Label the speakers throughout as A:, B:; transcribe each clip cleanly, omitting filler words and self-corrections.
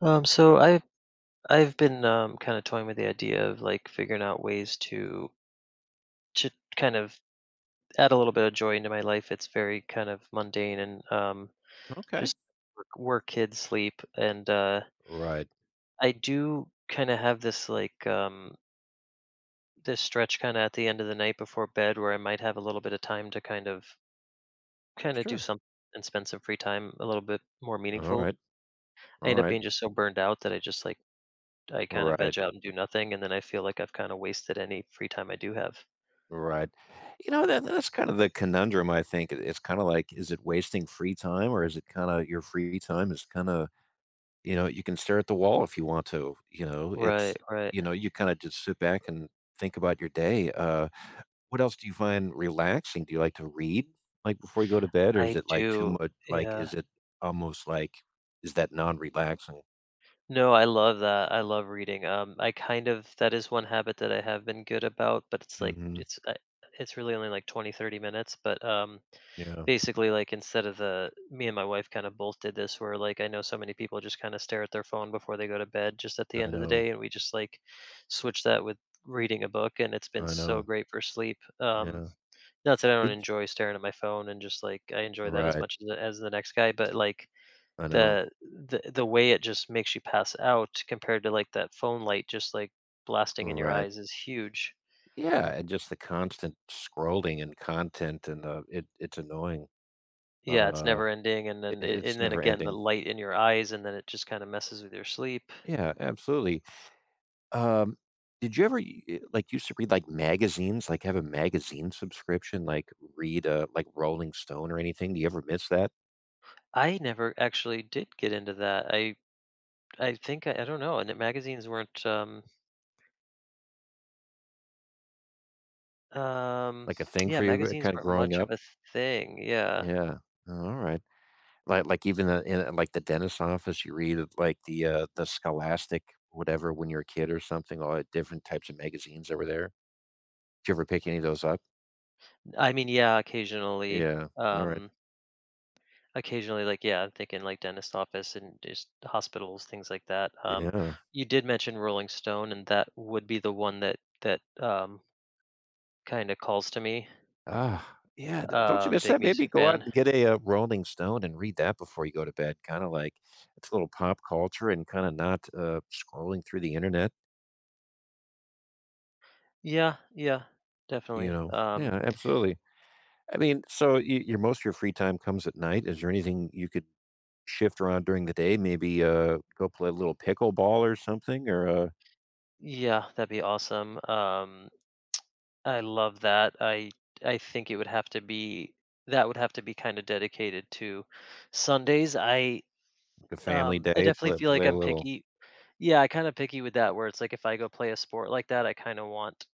A: So I've been kind of toying with the idea of like figuring out ways to kind of add a little bit of joy into my life. It's very kind of mundane and
B: Okay.
A: just work, work, kids, sleep, and
B: Right.
A: I do kind of have this like this stretch kind of at the end of the night before bed where I might have a little bit of time to kind of do
B: Sure.
A: something and spend some free time a little bit more
B: All
A: meaningful.
B: right.
A: I
B: All
A: end up
B: right.
A: being just so burned out that I just like I kind of
B: Right.
A: veg out and do nothing, and then I feel like I've kind of wasted any free time I do have.
B: Right. You know, that's kind of the conundrum, I think. It's kind of like, is it wasting free time or is it kind of your free time is kind of, you know, you can stare at the wall if you want to, you know,
A: Right,
B: it's,
A: right.
B: you know, you kind of just sit back and think about your day. What else do you find relaxing? Do you like to read like before you go to bed or is
A: I
B: it like too
A: do.
B: much? Like,
A: Yeah.
B: is it almost like, is that non relaxing?
A: No, I love that. I love reading. I kind of that is one habit that I have been good about, but it's like
B: hmm
A: it's it's really only like 20, 30 minutes. But
B: Yeah,
A: Basically, like instead of the me and my wife kind of both did this, where like I know so many people just kind of stare at their phone before they go to bed, just at the
B: I
A: end of the
B: know.
A: day, and we just like switch that with reading a book, and it's been
B: I
A: so
B: know.
A: great for sleep.
B: Yeah.
A: Not that I don't
B: Did y-
A: enjoy staring at my phone and just, like, I enjoy that as
B: Right.
A: much as the next guy, but, like,
B: I know.
A: the way it just makes you pass out compared to, like, that phone light just, like, blasting in your
B: Right.
A: eyes is huge.
B: Yeah, and just the constant scrolling and content and, it's annoying.
A: Yeah, it's
B: Uh,
A: never ending, and
B: it
A: then a
B: it's
A: and then
B: never
A: again, the
B: ending.
A: light in your eyes, and then it just kinda messes with your sleep.
B: Yeah, absolutely. Um, did you ever like, used to read, like, magazines? Like, have a magazine subscription? Like, read, like, Rolling Stone or anything? Do you ever miss that?
A: I never actually did get into that. I think I don't know, and the magazines weren't, um
B: Like, a thing
A: yeah,
B: for you,
A: magazines
B: kinda
A: weren't
B: growing
A: much of
B: up?
A: a thing, yeah.
B: Yeah. Oh, alright. Like even the in like the dentist office, you read of, like, the Scholastic whatever when you're a kid or something, all the different types of magazines over there. Did you ever pick any of those up?
A: I mean, yeah, occasionally,
B: Yeah, alright.
A: um occasionally, like, yeah, I'm thinking like dentist office and just hospitals, things like that.
B: Yeah.
A: You did mention Rolling Stone, and that would be the one that kind of calls to me.
B: Ah, yeah, d don't you miss
A: Big
B: that? Maybe
A: music
B: go out
A: fan.
B: and get a, Rolling Stone and read that before you go to bed, kinda like it's a little pop culture and kinda not, scrolling through the internet,
A: Yeah, yeah,
B: you
A: definitely.
B: know? Yeah, absolutely. I mean, so you, your most of your free time comes at night. Is there anything you could shift around during the day? Maybe go play a little pickleball or something, or like
A: Yeah, that'd be awesome. I love that. I think it would have to be that would have to be kind of dedicated to Sundays.
B: a family
A: I
B: day.
A: definitely
B: Play
A: feel
B: play
A: like
B: a
A: I'm
B: little.
A: picky. Yeah, I kinda picky with that where it's like if I go play a sport like that, I kinda want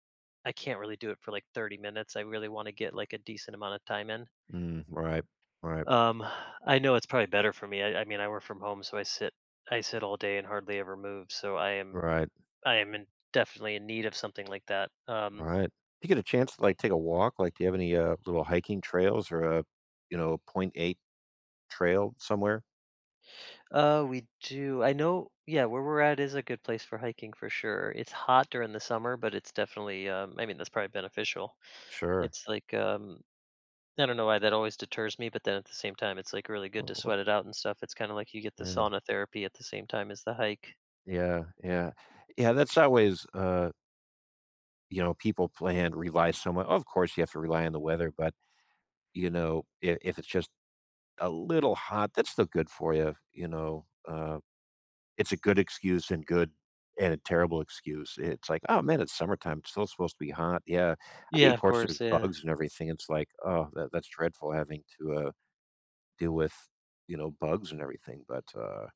A: I can't really do it for like 30 minutes. I really wanna get like a decent amount of time in.
B: Mm, right, right,
A: Um, I know it's probably better for me. I mean I work from home, so I sit all day and hardly ever move. So
B: right,
A: I am definitely in need of something like that.
B: right. Do you get a chance to like take a walk? Like, do you have any little hiking trails or a you know point eight trail somewhere?
A: We do. I know. Yeah, where we're at is a good place for hiking for sure. It's hot during the summer, but it's definitely. I mean, that's probably beneficial.
B: Sure.
A: It's like I don't know why that always deters me, but then at the same time, it's like really good
B: Wh-
A: to
B: wh-
A: sweat it out and stuff. It's kind of like you get the
B: Yeah,
A: sauna therapy at the same time as the hike.
B: yeah, yeah, yeah. That's always you know people plan rely so much. Of course, you have to rely on the weather, but you know, if it's just a little hot, that's still good for you, you know, it's a good excuse and good and a terrible excuse. It's like, "Oh, man, it's summertime, it's still supposed to be hot." Yeah, I mean,
A: Yeah,
B: of
A: of
B: course, there's
A: course. Yeah.
B: bugs and everything, it's like, "Oh, that's dreadful having to, deal with, you know, bugs and everything," but,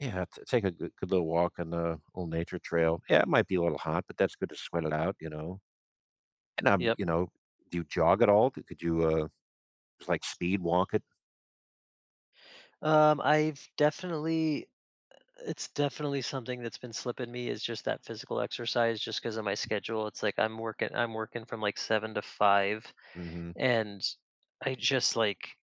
B: yeah, t take a good little walk on the little nature trail. Yeah, it might be a little hot, but that's good to sweat it out, you know? And I'm
A: Yep.
B: you know, do you jog at all? D Could you, just, like, speed walk it?
A: I've definitely, it's definitely something that's been slipping me is just that physical exercise just because of my schedule. It's like I'm working from like 7 to 5
B: Mhm.
A: and I just like,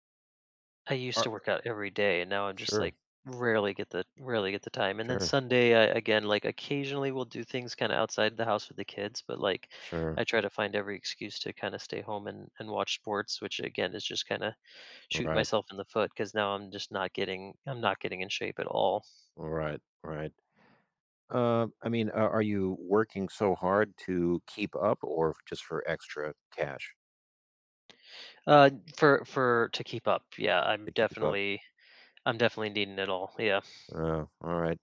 A: I used to work out every day, and now I'm just
B: Sure,
A: like rarely get the time. And then
B: sure,
A: Sunday, I again like occasionally we'll do things kind of outside the house with the kids, but like
B: sure.
A: I try to find every excuse to kind of stay home and watch sports, which again is just kind of shoot
B: Right,
A: myself in the foot because now I'm just not getting I'm not getting in shape at all.
B: right, right. I mean, are you working so hard to keep up or just for extra cash
A: Uh, for to keep up, yeah,
B: to keep up?
A: I'm definitely needing it all. Yeah.
B: All right.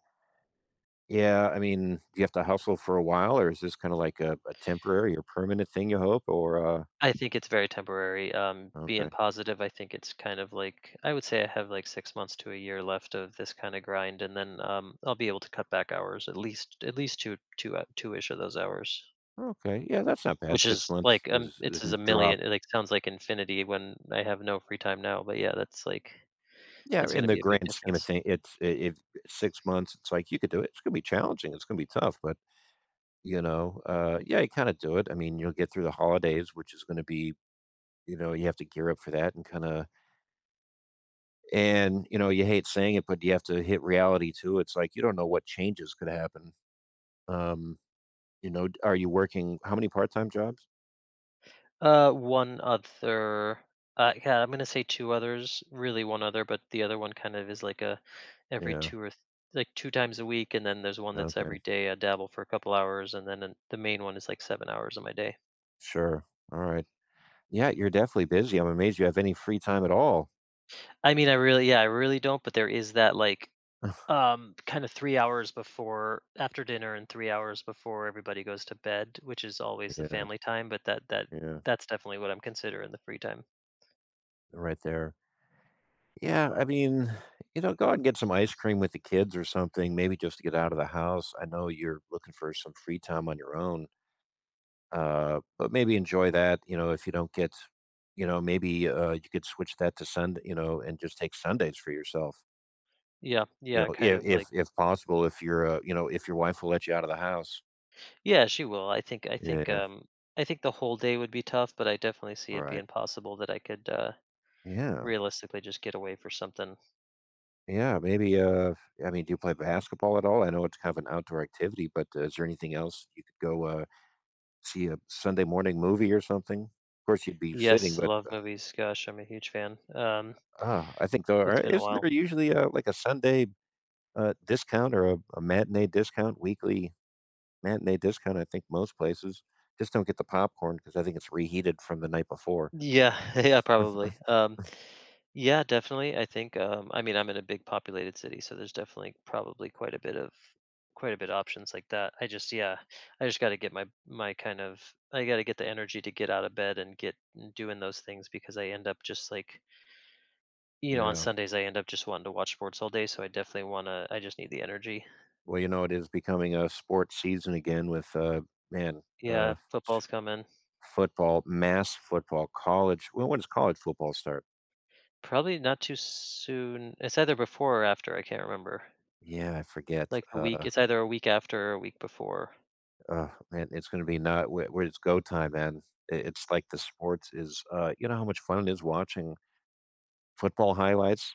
B: Yeah, I mean, do you have to hustle for a while or is this kind of like a temporary or permanent thing you hope? Or,
A: I think it's very temporary. Being
B: okay,
A: positive, I think it's kind of like I would say I have like 6 months to a year left of this kind of grind, and then I'll be able to cut back hours at least two ish of those hours,
B: okay. Yeah, that's not bad.
A: which
B: Six
A: is
B: months
A: like
B: is
A: it's
B: a
A: is a
B: drop.
A: million. It like sounds like infinity when I have no free time now, but yeah, that's like
B: Yeah,
A: it's
B: in
A: gonna
B: the
A: be a big
B: grand scheme of
A: difference.
B: things, if six months, it's like you could do it. It's going to be challenging. It's going to be tough, but you know, yeah, you kinda do it. I mean, you'll get through the holidays, which is gonna be you know, you have to gear up for that and kinda and, you know, you hate saying it, but you have to hit reality too. It's like you don't know what changes could happen. Um, you know, are you working how many part-time jobs?
A: One other. Yeah, I'm gonna say two others. Really, one other, but the other one kind of is like a every
B: Yeah,
A: two or th- like 2 times a week, and then there's one that's
B: okay.
A: every day. I dabble for a couple hours, and then the main one is like 7 hours of my day.
B: Sure. Alright. Yeah, you're definitely busy. I'm amazed you have any free time at all.
A: I mean, I really, yeah, I really don't. But there is that like kind of 3 hours before after dinner and 3 hours before everybody goes to bed, which is always the
B: Yeah,
A: family time. But that
B: yeah,
A: that's definitely what I'm considering the free time.
B: right there. Yeah, I mean, you know, go out and get some ice cream with the kids or something, maybe just to get out of the house. I know you're looking for some free time on your own, but maybe enjoy that. You know, if you don't get, you know, maybe you could switch that to Sunday, you know, and just take Sundays for yourself.
A: Yeah,
B: You
A: yeah,
B: know,
A: kind
B: if
A: of
B: if
A: like.
B: if possible, if you're, you know, if your wife will let you out of the house.
A: Yeah, she will.
B: Yeah.
A: I think the whole day would be tough, but I definitely see
B: All
A: it
B: right.
A: being possible that I could
B: Yeah.
A: realistically just get away for something.
B: Yeah. Maybe. I mean, do you play basketball at all? I know it's kind of an outdoor activity, but is there anything else you could go? See a Sunday morning movie or something? Of course, you'd be sitting,
A: Yes,
B: but,
A: love movies. Gosh, I'm a huge fan. Um,
B: I think there are
A: it's been a
B: isn't
A: while.
B: there usually, a like a Sunday, discount or a matinee discount, weekly matinee discount? I think most places just don't get the popcorn because I think it's reheated from the night before.
A: Yeah, yeah, probably. Um, yeah, definitely. I think I mean I'm in a big populated city, so there's definitely probably quite a bit of quite a bit of options like that. I just yeah, I just got to get my my kind of I got to get the energy to get out of bed and get doing those things because I end up just like you know, on
B: Yeah.
A: Sundays I end up just wanting to watch sports all day, so I definitely want to I just need the energy.
B: Well, you know, it is becoming a sports season again with, man, uh,
A: Yeah, football's coming.
B: football, mass football, college. Well, when does college football start?
A: Probably not too soon. It's either before or after, I can't remember.
B: Yeah, I forget.
A: Like the week, it's either a week after or a week before.
B: Man, it's going to be not where, where it's go time, man. It's like the sports is, you know, how much fun it is watching football highlights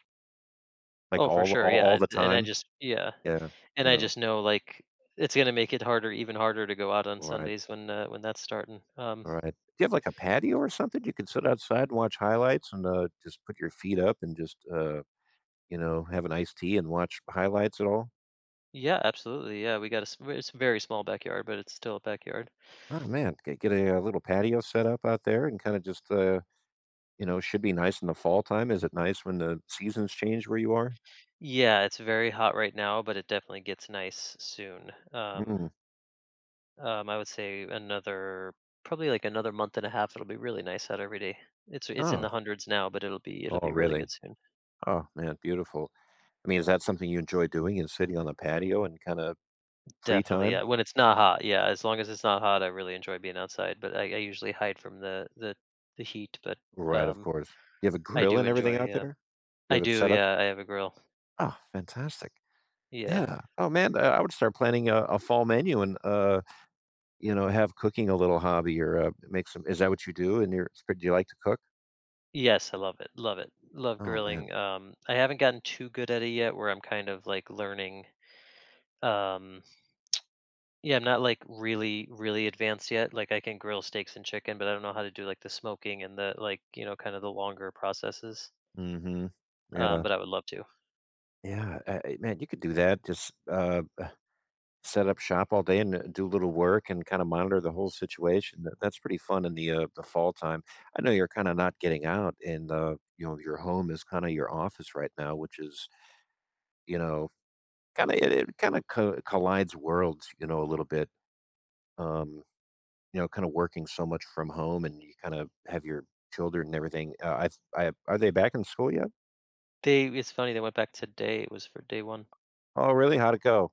B: like
A: Oh, for sure.
B: all the time.
A: Yeah,
B: Yeah,
A: and
B: you
A: I
B: know,
A: just know like it's going to make it harder even harder to go out on
B: all right,
A: Sundays when that's starting. Um,
B: all right. Do you have like a patio or something? You can sit outside and watch highlights and just put your feet up and just, you know, have an iced tea and watch highlights at all?
A: yeah, absolutely. Yeah, we got it's a very small backyard, but it's still a backyard.
B: Oh man, get a, little patio set up out there and kind of just, you know, should be nice in the fall time. Is it nice when the seasons change where you are?
A: Yeah, it's very hot right now, but it definitely gets nice soon. Um,
B: Mm.
A: I would say another probably like another month and a half. It'll be really nice out every day. It's in
B: Oh,
A: the hundreds now, but it'll
B: oh,
A: be really
B: really?
A: good soon.
B: Oh man, beautiful. I mean, is that something you enjoy doing and sitting on the patio and kind of free
A: Definitely,
B: time?
A: yeah. When it's not hot, yeah. As long as it's not hot, I really enjoy being outside. I usually hide from the the heat. But
B: Right, of
A: um,
B: course. You have a
A: I
B: grill
A: do
B: and everything
A: enjoy.
B: out
A: Yeah,
B: there? You
A: I
B: have it
A: do.
B: set up?
A: Yeah, I have a grill.
B: Oh, fantastic.
A: Yeah.
B: Yeah. Oh man, I would start planning a fall menu and you know, have cooking a little hobby or make some. Is that what you do? And you're, do you like to cook?
A: Yes, I love it. Love it. Love
B: Oh man.
A: grilling. I haven't gotten too good at it yet, where I'm kind of like learning. Um, Yeah, I'm not like really, really advanced yet. Like I can grill steaks and chicken, but I don't know how to do like the smoking and the like, you know, kind of the longer processes.
B: Mhm. Yeah.
A: But I would love to.
B: Yeah, man, you could do that, just, set up shop all day and, do a little work and kinda monitor the whole situation, that's pretty fun in the fall time. I know you're kinda not getting out and, you know, your home is kinda your office right now, which is, you know, kinda it kinda co collides worlds, you know, a little bit, um, you know, kinda working so much from home and you kinda have your children and everything, I are they back in school yet?
A: They it's funny they went back today. It was for day one.
B: Oh, really? How'd it go?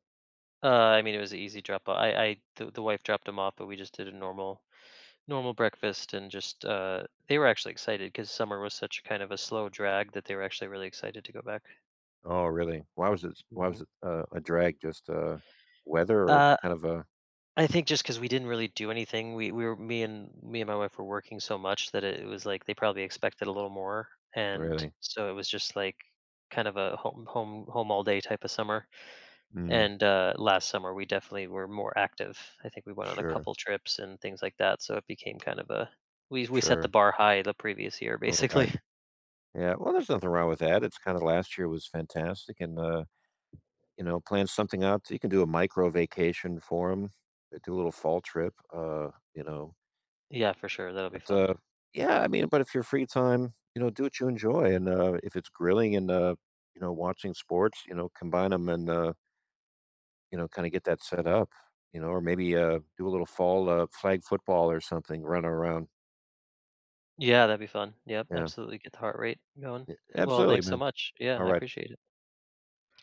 A: I mean it was an easy drop off. The wife dropped them off, but we just did a normal normal breakfast and just they were actually excited because summer was such kind of a slow drag that they were actually really excited to go back.
B: Oh, really? Why
A: Hmm.
B: was it, a drag? Just, weather or
A: Uh,
B: kind of a
A: I think just because we didn't really do anything, we were me and me and my wife were working so much that it was like they probably expected a little more, and
B: really?
A: so it was just like kind of a home home all day type of summer.
B: Mm,
A: And last summer we definitely were more active. I think we went on a
B: sure,
A: couple trips and things like that, so it became kind of a we set the
B: sure.
A: bar high the previous year
B: Alright.
A: basically.
B: Yeah, well, there's nothing wrong with that. It's kinda last year was fantastic and, you know, plan something out. You can do a micro vacation for them. Do a little fall trip, you know?
A: Yeah, for sure, that'll be
B: But,
A: fun.
B: yeah, I mean, but if you're free time, you know, do what you enjoy, and, if it's grilling and, you know, watching sports, you know, combine them and, you know, kinda get that set up, you know, or maybe, do a little fall, flag football or something, run around.
A: Yeah, that'd be fun. Yep,
B: Yeah.
A: absolutely get the heart rate going. Well,
B: Absolutely,
A: thanks so
B: man.
A: much. Yeah, I
B: Alright.
A: appreciate it.